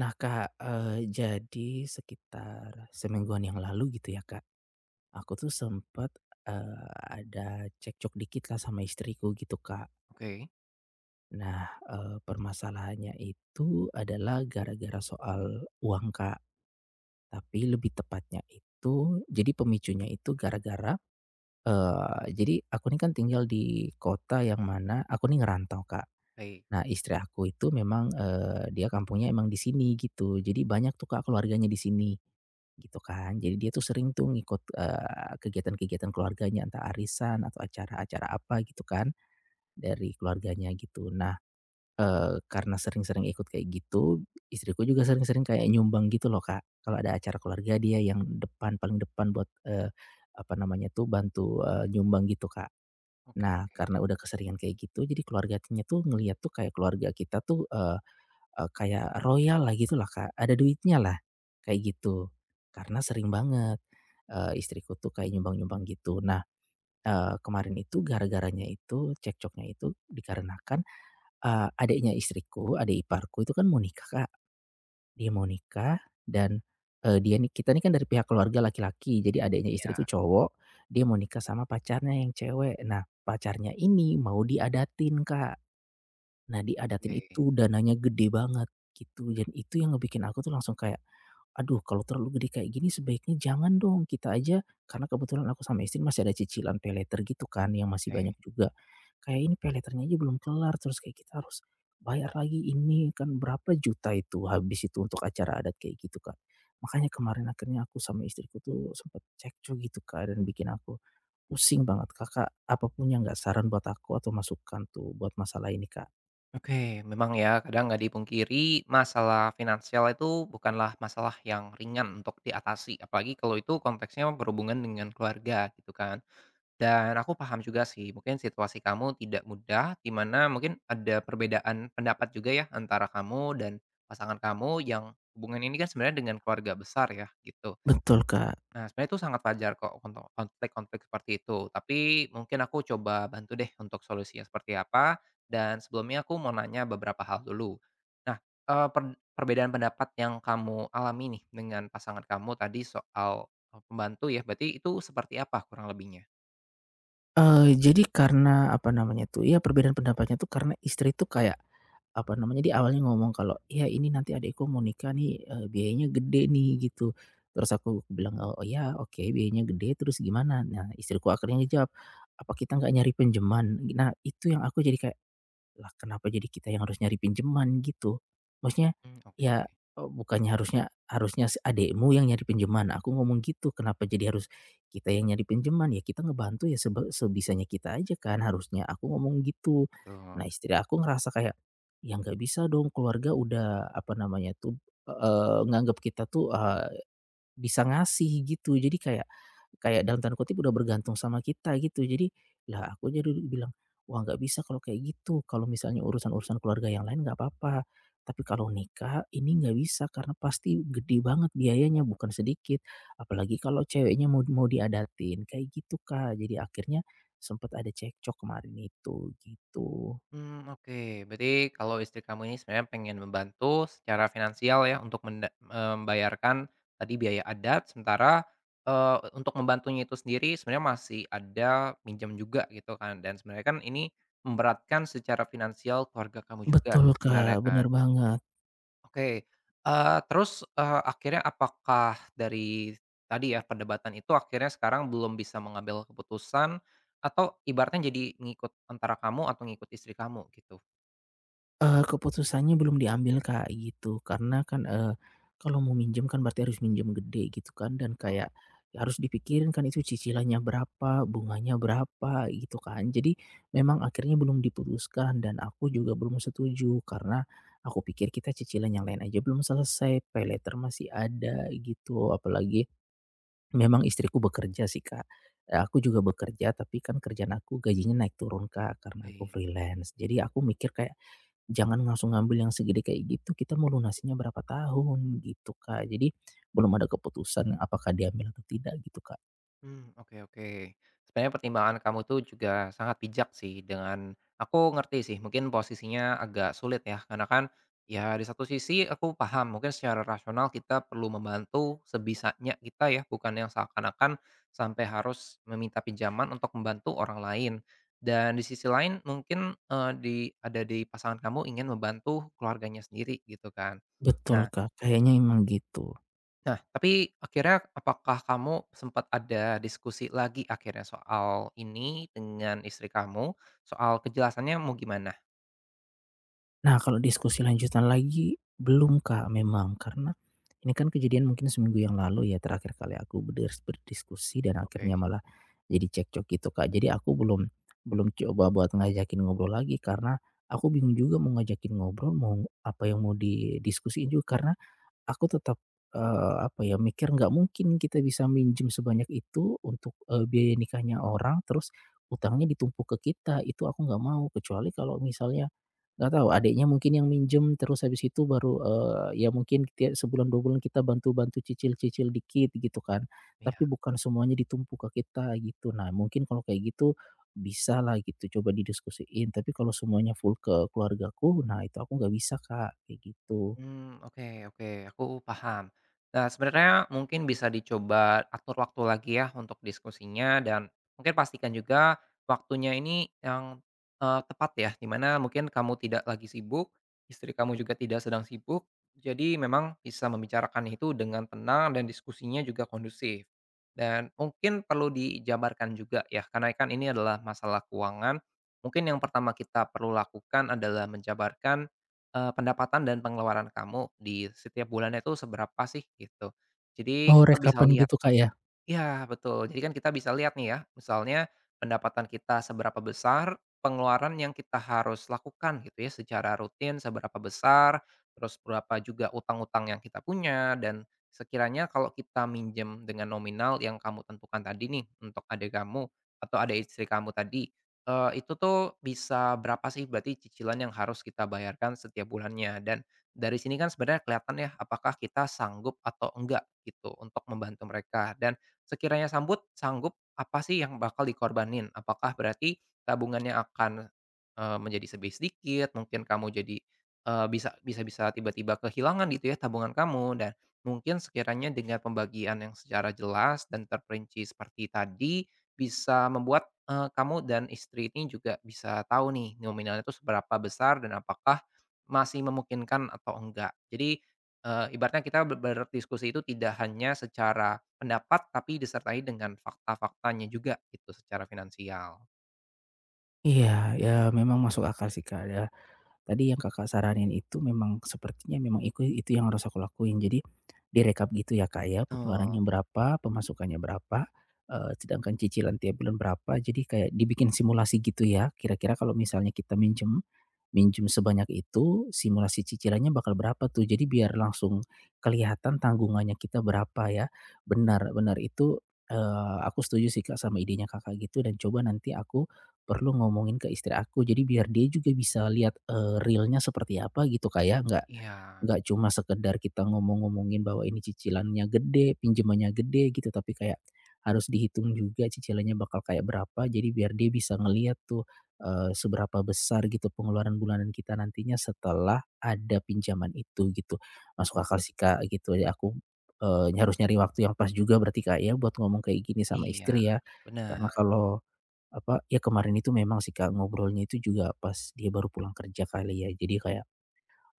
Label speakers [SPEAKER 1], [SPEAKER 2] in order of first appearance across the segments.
[SPEAKER 1] Nah Kak, jadi sekitar semingguan yang lalu gitu ya Kak, aku tuh sempet, eee, ada cekcok dikit lah sama istriku gitu Kak.
[SPEAKER 2] Oke,
[SPEAKER 1] Nah, permasalahannya itu adalah gara-gara soal uang Kak, tapi lebih tepatnya itu jadi pemicunya itu gara-gara, jadi aku ini kan tinggal di kota yang mana aku nih ngerantau Kak.
[SPEAKER 2] baik.
[SPEAKER 1] Nah, istri aku itu memang, dia kampungnya emang di sini gitu, jadi banyak tuh Kak keluarganya di sini, gitu kan. Jadi dia tuh sering tuh ngikut, kegiatan-kegiatan keluarganya, entah arisan atau acara-acara apa gitu kan, dari keluarganya gitu. Nah, karena sering-sering ikut kayak gitu, istriku juga sering-sering kayak nyumbang gitu loh Kak. Kalau ada acara keluarga dia yang depan, paling depan buat, apa namanya tuh, bantu, nyumbang gitu Kak.
[SPEAKER 2] Oke,
[SPEAKER 1] Nah, karena udah keseringan kayak gitu, jadi keluarganya tuh ngelihat tuh kayak keluarga kita tuh, eee eee, kayak royal lah gitulah, Kak, ada duitnya lah, kayak gitu. Karena sering banget, istriku tuh kayak nyumbang-nyumbang gitu. Nah, kemarin itu gara-garanya itu, cekcoknya itu dikarenakan, adiknya istriku, adik iparku itu kan mau nikah, Kak. Dia mau nikah dan, dia nih kita nih kan dari pihak keluarga laki-laki, jadi adiknya istri
[SPEAKER 2] ya,
[SPEAKER 1] itu cowok, dia mau nikah sama pacarnya yang cewek. Nah, pacarnya ini mau diadatin, Kak. Nah, diadatin
[SPEAKER 2] oke,
[SPEAKER 1] itu dananya gede banget gitu dan itu yang ngebikin aku tuh langsung kayak, "Aduh kalau terlalu gede kayak gini sebaiknya jangan dong." Kita aja karena kebetulan aku sama istri masih ada cicilan peleter gitu kan yang masih
[SPEAKER 2] oke.
[SPEAKER 1] banyak juga. Kayak ini peleternya aja belum kelar terus kayak kita harus bayar lagi ini kan berapa juta itu habis itu untuk acara adat kayak gitu, Kak. Makanya kemarin akhirnya aku sama istriku tuh sempet cekcok gitu, Kak, dan bikin aku pusing banget. Kakak apa punya nggak saran buat aku atau masukan tuh buat masalah ini, Kak?
[SPEAKER 2] Oke, memang ya kadang nggak dipungkiri masalah finansial itu bukanlah masalah yang ringan untuk diatasi, apalagi kalau itu konteksnya berhubungan dengan keluarga gitu kan. Dan aku paham juga sih, mungkin situasi kamu tidak mudah, di mana mungkin ada perbedaan pendapat juga ya antara kamu dan pasangan kamu yang hubungan ini kan sebenarnya dengan keluarga besar ya gitu.
[SPEAKER 1] Betul, Kak.
[SPEAKER 2] Nah, sebenarnya itu sangat wajar kok konflik-konflik seperti itu, tapi mungkin aku coba bantu deh untuk solusinya seperti apa, dan sebelumnya aku mau nanya beberapa hal dulu. Nah, eee, per perbedaan pendapat yang kamu alami nih dengan pasangan kamu tadi soal, pembantu ya, berarti itu seperti apa kurang lebihnya?
[SPEAKER 1] Jadi karena apa namanya tuh, ya perbedaan pendapatnya tuh karena istri tuh kayak, apa namanya, dia awalnya ngomong kalau, "Ya ini nanti adikku mau nikah nih, biayanya gede nih," gitu. Terus aku bilang, "Oh ya, oke biayanya gede, terus gimana?" Nah istriku akhirnya ngejawab, "Apa kita nggak nyari pinjaman?" Nah itu yang aku jadi kayak, lah kenapa jadi kita yang harus nyari pinjeman gitu? Maksudnya,
[SPEAKER 2] Mmm, oke.
[SPEAKER 1] ya, bukannya harusnya harusnya si adekmu yang nyari pinjaman, aku ngomong gitu, kenapa jadi harus kita yang nyari pinjaman. Ya kita ngebantu ya sebisanya kita aja kan harusnya, aku ngomong gitu. Nah istri aku ngerasa kayak, ya nggak bisa dong keluarga udah apa namanya tuh, nganggep kita tuh, ah, bisa ngasih gitu. Jadi kayak kayak dalam tanda kutip udah bergantung sama kita gitu. Jadi, lah aku aja dulu bilang, "Wah nggak bisa kalau kayak gitu. Kalau misalnya urusan-urusan keluarga yang lain nggak apa-apa. Tapi kalau nikah ini nggak bisa karena pasti gede banget biayanya, bukan
[SPEAKER 2] Betul.
[SPEAKER 1] sedikit. Apalagi kalau ceweknya mau mau diadatin." Kayak gitu, Kak. Jadi akhirnya sempat ada cekcok kemarin itu, gitu.
[SPEAKER 2] Hmm, oke. Berarti kalau istri kamu ini sebenarnya pengen membantu secara finansial ya untuk membayarkan tadi biaya adat, sementara, untuk membantunya itu sendiri sebenarnya masih ada minjam juga gitu kan, dan sebenarnya kan ini memberatkan secara finansial keluarga kamu juga
[SPEAKER 1] Betul,
[SPEAKER 2] sebenarnya
[SPEAKER 1] Kak.
[SPEAKER 2] kan.
[SPEAKER 1] Bener banget.
[SPEAKER 2] Oke, terus, akhirnya apakah dari tadi ya perdebatan itu akhirnya sekarang belum bisa mengambil keputusan atau ibaratnya jadi ngikut antara kamu atau ngikut istri kamu gitu?
[SPEAKER 1] Keputusannya belum diambil, Kak, gitu. Karena kan, kalau mau minjem kan berarti harus minjem gede gitu kan dan kayak harus dipikirin kan itu cicilannya berapa, bunganya berapa gitu kan. Jadi memang akhirnya belum diputuskan dan aku juga belum setuju karena aku pikir kita cicilan yang lain aja belum selesai, pay masih ada gitu. Apalagi memang istriku bekerja sih, Kak. Aku juga bekerja tapi kan kerjaan aku gajinya naik turun, Kak, karena aku
[SPEAKER 2] Oke.
[SPEAKER 1] freelance. Jadi aku mikir kayak, jangan langsung ngambil yang segede kayak gitu, kita mau lunasinya berapa tahun gitu, Kak. Jadi belum ada keputusan apakah diambil atau tidak gitu, Kak.
[SPEAKER 2] Mmm, oke oke. Sebenarnya pertimbangan kamu tuh juga sangat bijak sih dengan aku ngerti sih mungkin posisinya agak sulit ya, karena kan ya di satu sisi aku paham mungkin secara rasional kita perlu membantu sebisanya kita ya, bukan yang seakan-akan sampai harus meminta pinjaman untuk membantu orang lain. Dan di sisi lain mungkin, eee, di ada di pasangan kamu ingin membantu keluarganya sendiri gitu kan.
[SPEAKER 1] Betul,
[SPEAKER 2] Nah
[SPEAKER 1] Kak. Kayaknya emang gitu.
[SPEAKER 2] Nah, tapi akhirnya apakah kamu sempat ada diskusi lagi akhirnya soal ini dengan istri kamu, soal kejelasannya mau gimana?
[SPEAKER 1] Nah, kalau diskusi lanjutan lagi belum, Kak, memang karena ini kan kejadian mungkin seminggu yang lalu ya terakhir kali aku berdiskusi dan
[SPEAKER 2] Oke.
[SPEAKER 1] akhirnya malah jadi cekcok gitu, Kak. Jadi aku belum belum coba buat ngajakin ngobrol lagi karena aku bingung juga mau ngajakin ngobrol mau apa yang mau didiskusiin juga karena aku tetap, apa ya, mikir nggak mungkin kita bisa minjem sebanyak itu untuk, biaya nikahnya orang, terus utangnya ditumpuk ke kita, itu aku nggak mau. Kecuali kalau misalnya nggak tahu adiknya mungkin yang minjem, terus habis itu baru, ya mungkin dia sebulan 2 bulan kita bantu-bantu cicil-cicil dikit gitu kan. Tapi
[SPEAKER 2] Iya.
[SPEAKER 1] bukan semuanya ditumpuk ke kita gitu. Nah mungkin kalau kayak gitu bisa lah gitu coba didiskusiin, tapi kalau semuanya full ke keluargaku, nah itu aku nggak bisa Kak, kayak gitu.
[SPEAKER 2] Mmm, oke oke, aku paham. Nah, sebenarnya mungkin bisa dicoba atur waktu lagi ya untuk diskusinya dan mungkin pastikan juga waktunya ini yang, tepat ya, dimana mungkin kamu tidak lagi sibuk, istri kamu juga tidak sedang sibuk, jadi memang bisa membicarakan itu dengan tenang dan diskusinya juga kondusif. Dan mungkin perlu dijabarkan juga ya, karena kan ini adalah masalah keuangan, mungkin yang pertama kita perlu lakukan adalah menjabarkan pendapatan dan pengeluaran kamu di setiap bulannya itu seberapa sih gitu. Jadi
[SPEAKER 1] Oh
[SPEAKER 2] kita bisa
[SPEAKER 1] rekapan
[SPEAKER 2] lihat.
[SPEAKER 1] gitu Kak, ya?
[SPEAKER 2] Ya betul. Jadi kan kita bisa lihat nih ya, misalnya pendapatan kita seberapa besar, pengeluaran yang kita harus lakukan gitu ya secara rutin seberapa besar, terus berapa juga utang-utang yang kita punya dan sekiranya kalau kita minjem dengan nominal yang kamu tentukan tadi nih untuk adik kamu atau adik istri kamu tadi, itu tuh bisa berapa sih berarti cicilan yang harus kita bayarkan setiap bulannya dan dari sini kan sebenarnya kelihatan ya apakah kita sanggup atau enggak gitu untuk membantu mereka dan sekiranya sanggup, apa sih yang bakal dikorbanin? Apakah berarti tabungannya akan, menjadi lebih sedikit, mungkin kamu jadi, eee, bisa bisa-bisa tiba-tiba kehilangan gitu ya tabungan kamu dan mungkin sekiranya dengan pembagian yang secara jelas dan terperinci seperti tadi, bisa membuat, kamu dan istri ini juga bisa tahu nih nominalnya itu seberapa besar dan apakah masih memungkinkan atau enggak. Jadi, ibaratnya kita berdiskusi itu tidak hanya secara pendapat, tapi disertai dengan fakta-faktanya juga gitu secara finansial.
[SPEAKER 1] Iya, ya memang masuk akal sih, Kak, ya. Tadi yang Kakak saranin itu memang sepertinya memang iku itu yang harus aku lakuin. Jadi direkap gitu ya, Kak, ya,
[SPEAKER 2] Betul,
[SPEAKER 1] pengeluarannya berapa, pemasukannya berapa, sedangkan cicilan tiap bulan berapa. Jadi kayak dibikin simulasi gitu ya, kira-kira kalau misalnya kita minjem minjem sebanyak itu, simulasi cicilannya bakal berapa tuh. Jadi biar langsung kelihatan tanggungannya kita berapa ya. Benar benar itu, aku setuju sih, Kak, sama idenya Kakak gitu dan coba nanti aku perlu ngomongin ke istri aku. Jadi biar dia juga bisa lihat, realnya seperti apa gitu, kayak Nggak
[SPEAKER 2] iya,
[SPEAKER 1] nggak cuma sekedar kita ngomong-ngomongin bahwa ini cicilannya gede, pinjamannya gede gitu, tapi kayak harus dihitung juga cicilannya bakal kayak berapa. Jadi biar dia bisa ngelihat tuh, seberapa besar gitu pengeluaran bulanan kita nantinya setelah ada pinjaman itu gitu. Masuk
[SPEAKER 2] betul,
[SPEAKER 1] akal sih, Kak, gitu ya. Aku, harus nyari waktu yang pas juga berarti, Kak, ya buat ngomong kayak gini sama
[SPEAKER 2] iya,
[SPEAKER 1] istri ya. Karena
[SPEAKER 2] bener.
[SPEAKER 1] kalau apa, ya kemarin itu memang sih Kak, ngobrolnya itu juga pas dia baru pulang kerja kali ya. Jadi kayak,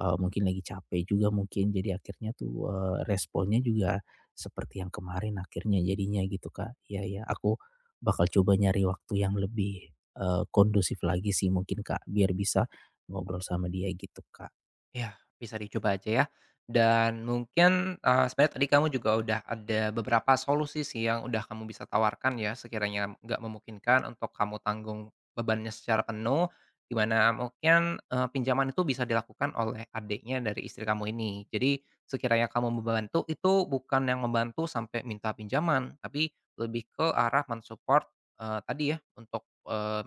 [SPEAKER 1] mungkin lagi capek juga mungkin, jadi akhirnya tuh, responnya juga seperti yang kemarin akhirnya jadinya gitu Kak. Ya ya, aku bakal coba nyari waktu yang lebih, kondusif lagi sih mungkin Kak, biar bisa ngobrol sama dia gitu Kak.
[SPEAKER 2] Ya bisa dicoba aja ya. Dan mungkin, sebenarnya tadi kamu juga udah ada beberapa solusi sih yang udah kamu bisa tawarkan ya, sekiranya nggak memungkinkan untuk kamu tanggung bebannya secara penuh, dimana mungkin, pinjaman itu bisa dilakukan oleh adiknya dari istri kamu ini. Jadi sekiranya kamu membantu, itu bukan yang membantu sampai minta pinjaman, tapi lebih ke arah support tadi ya, untuk,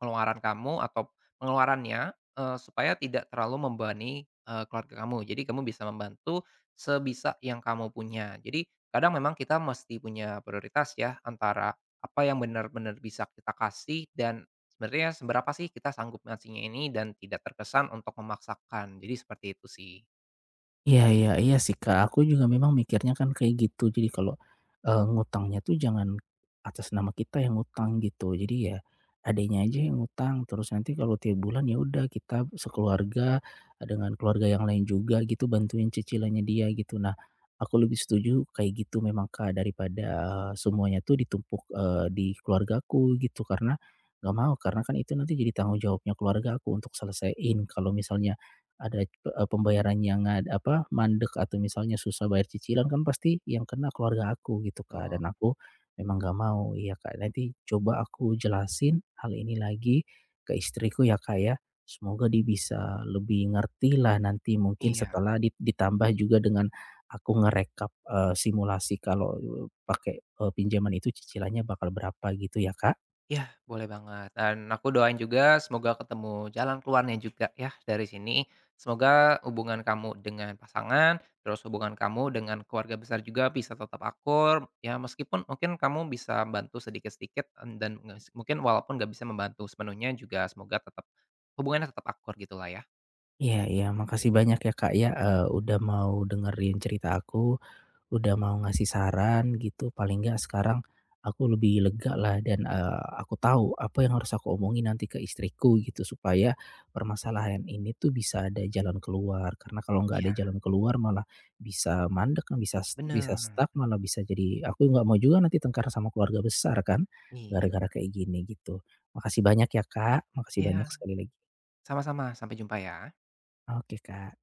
[SPEAKER 2] pengeluaran kamu atau pengeluarannya. Supaya tidak terlalu membebani, keluarga kamu. Jadi kamu bisa membantu sebisa yang kamu punya. Jadi kadang memang kita mesti punya prioritas ya, antara apa yang benar-benar bisa kita kasih dan sebenarnya seberapa sih kita sanggup ngasihnya ini dan tidak terkesan untuk memaksakan. Jadi seperti itu sih.
[SPEAKER 1] Iya iya iya sih, Kak, aku juga memang mikirnya kan kayak gitu. Jadi kalau, ngutangnya tuh jangan atas nama kita yang ngutang gitu. Jadi ya adanya aja yang ngutang, terus nanti kalau tiap bulan ya udah kita sekeluarga, dengan keluarga yang lain juga gitu bantuin cicilannya dia gitu. Nah, aku lebih setuju kayak gitu memang, Kak, daripada, semuanya tuh ditumpuk, di keluargaku gitu. Karena nggak mau, karena kan itu nanti jadi tanggung jawabnya keluarga aku untuk selesaiin kalau misalnya ada, pembayaran yang nggak apa, mandek atau misalnya susah bayar cicilan kan pasti yang kena keluarga aku gitu, Kak,
[SPEAKER 2] Betul.
[SPEAKER 1] dan aku memang nggak mau. Iya, Kak, nanti coba aku jelasin hal ini lagi ke istriku ya, Kak, ya. Semoga dia bisa lebih ngerti lah nanti mungkin
[SPEAKER 2] Iya.
[SPEAKER 1] setelah ditambah juga dengan aku ngerekap, simulasi kalau eh, pakai, pinjaman itu cicilannya bakal berapa gitu ya, Kak.
[SPEAKER 2] Iya, boleh banget, dan aku doain juga semoga ketemu jalan keluarnya juga ya dari sini. Semoga hubungan kamu dengan pasangan, terus hubungan kamu dengan keluarga besar juga bisa tetap akur, ya meskipun mungkin kamu bisa bantu sedikit-sedikit, dan mungkin walaupun nggak bisa membantu sepenuhnya juga semoga tetap hubungannya tetap akur gitulah ya.
[SPEAKER 1] Iya iya, makasih banyak ya, Kak, ya, udah mau dengerin cerita aku. Udah mau ngasih saran gitu, paling nggak sekarang aku lebih lega lah dan, aku tahu apa yang harus aku omongin nanti ke istriku gitu supaya permasalahan ini tuh bisa ada jalan keluar, karena kalau nggak ada
[SPEAKER 2] Iya,
[SPEAKER 1] jalan keluar malah bisa mandek, bisa bisa
[SPEAKER 2] bener,
[SPEAKER 1] stuck, malah bisa jadi aku nggak mau juga nanti tengkar sama keluarga besar kan,
[SPEAKER 2] iya
[SPEAKER 1] gara-gara kayak gini gitu. Makasih banyak ya Kak, makasih banyak
[SPEAKER 2] iya,
[SPEAKER 1] sekali lagi.
[SPEAKER 2] sama-sama, sampai jumpa ya.
[SPEAKER 1] Oke Kak.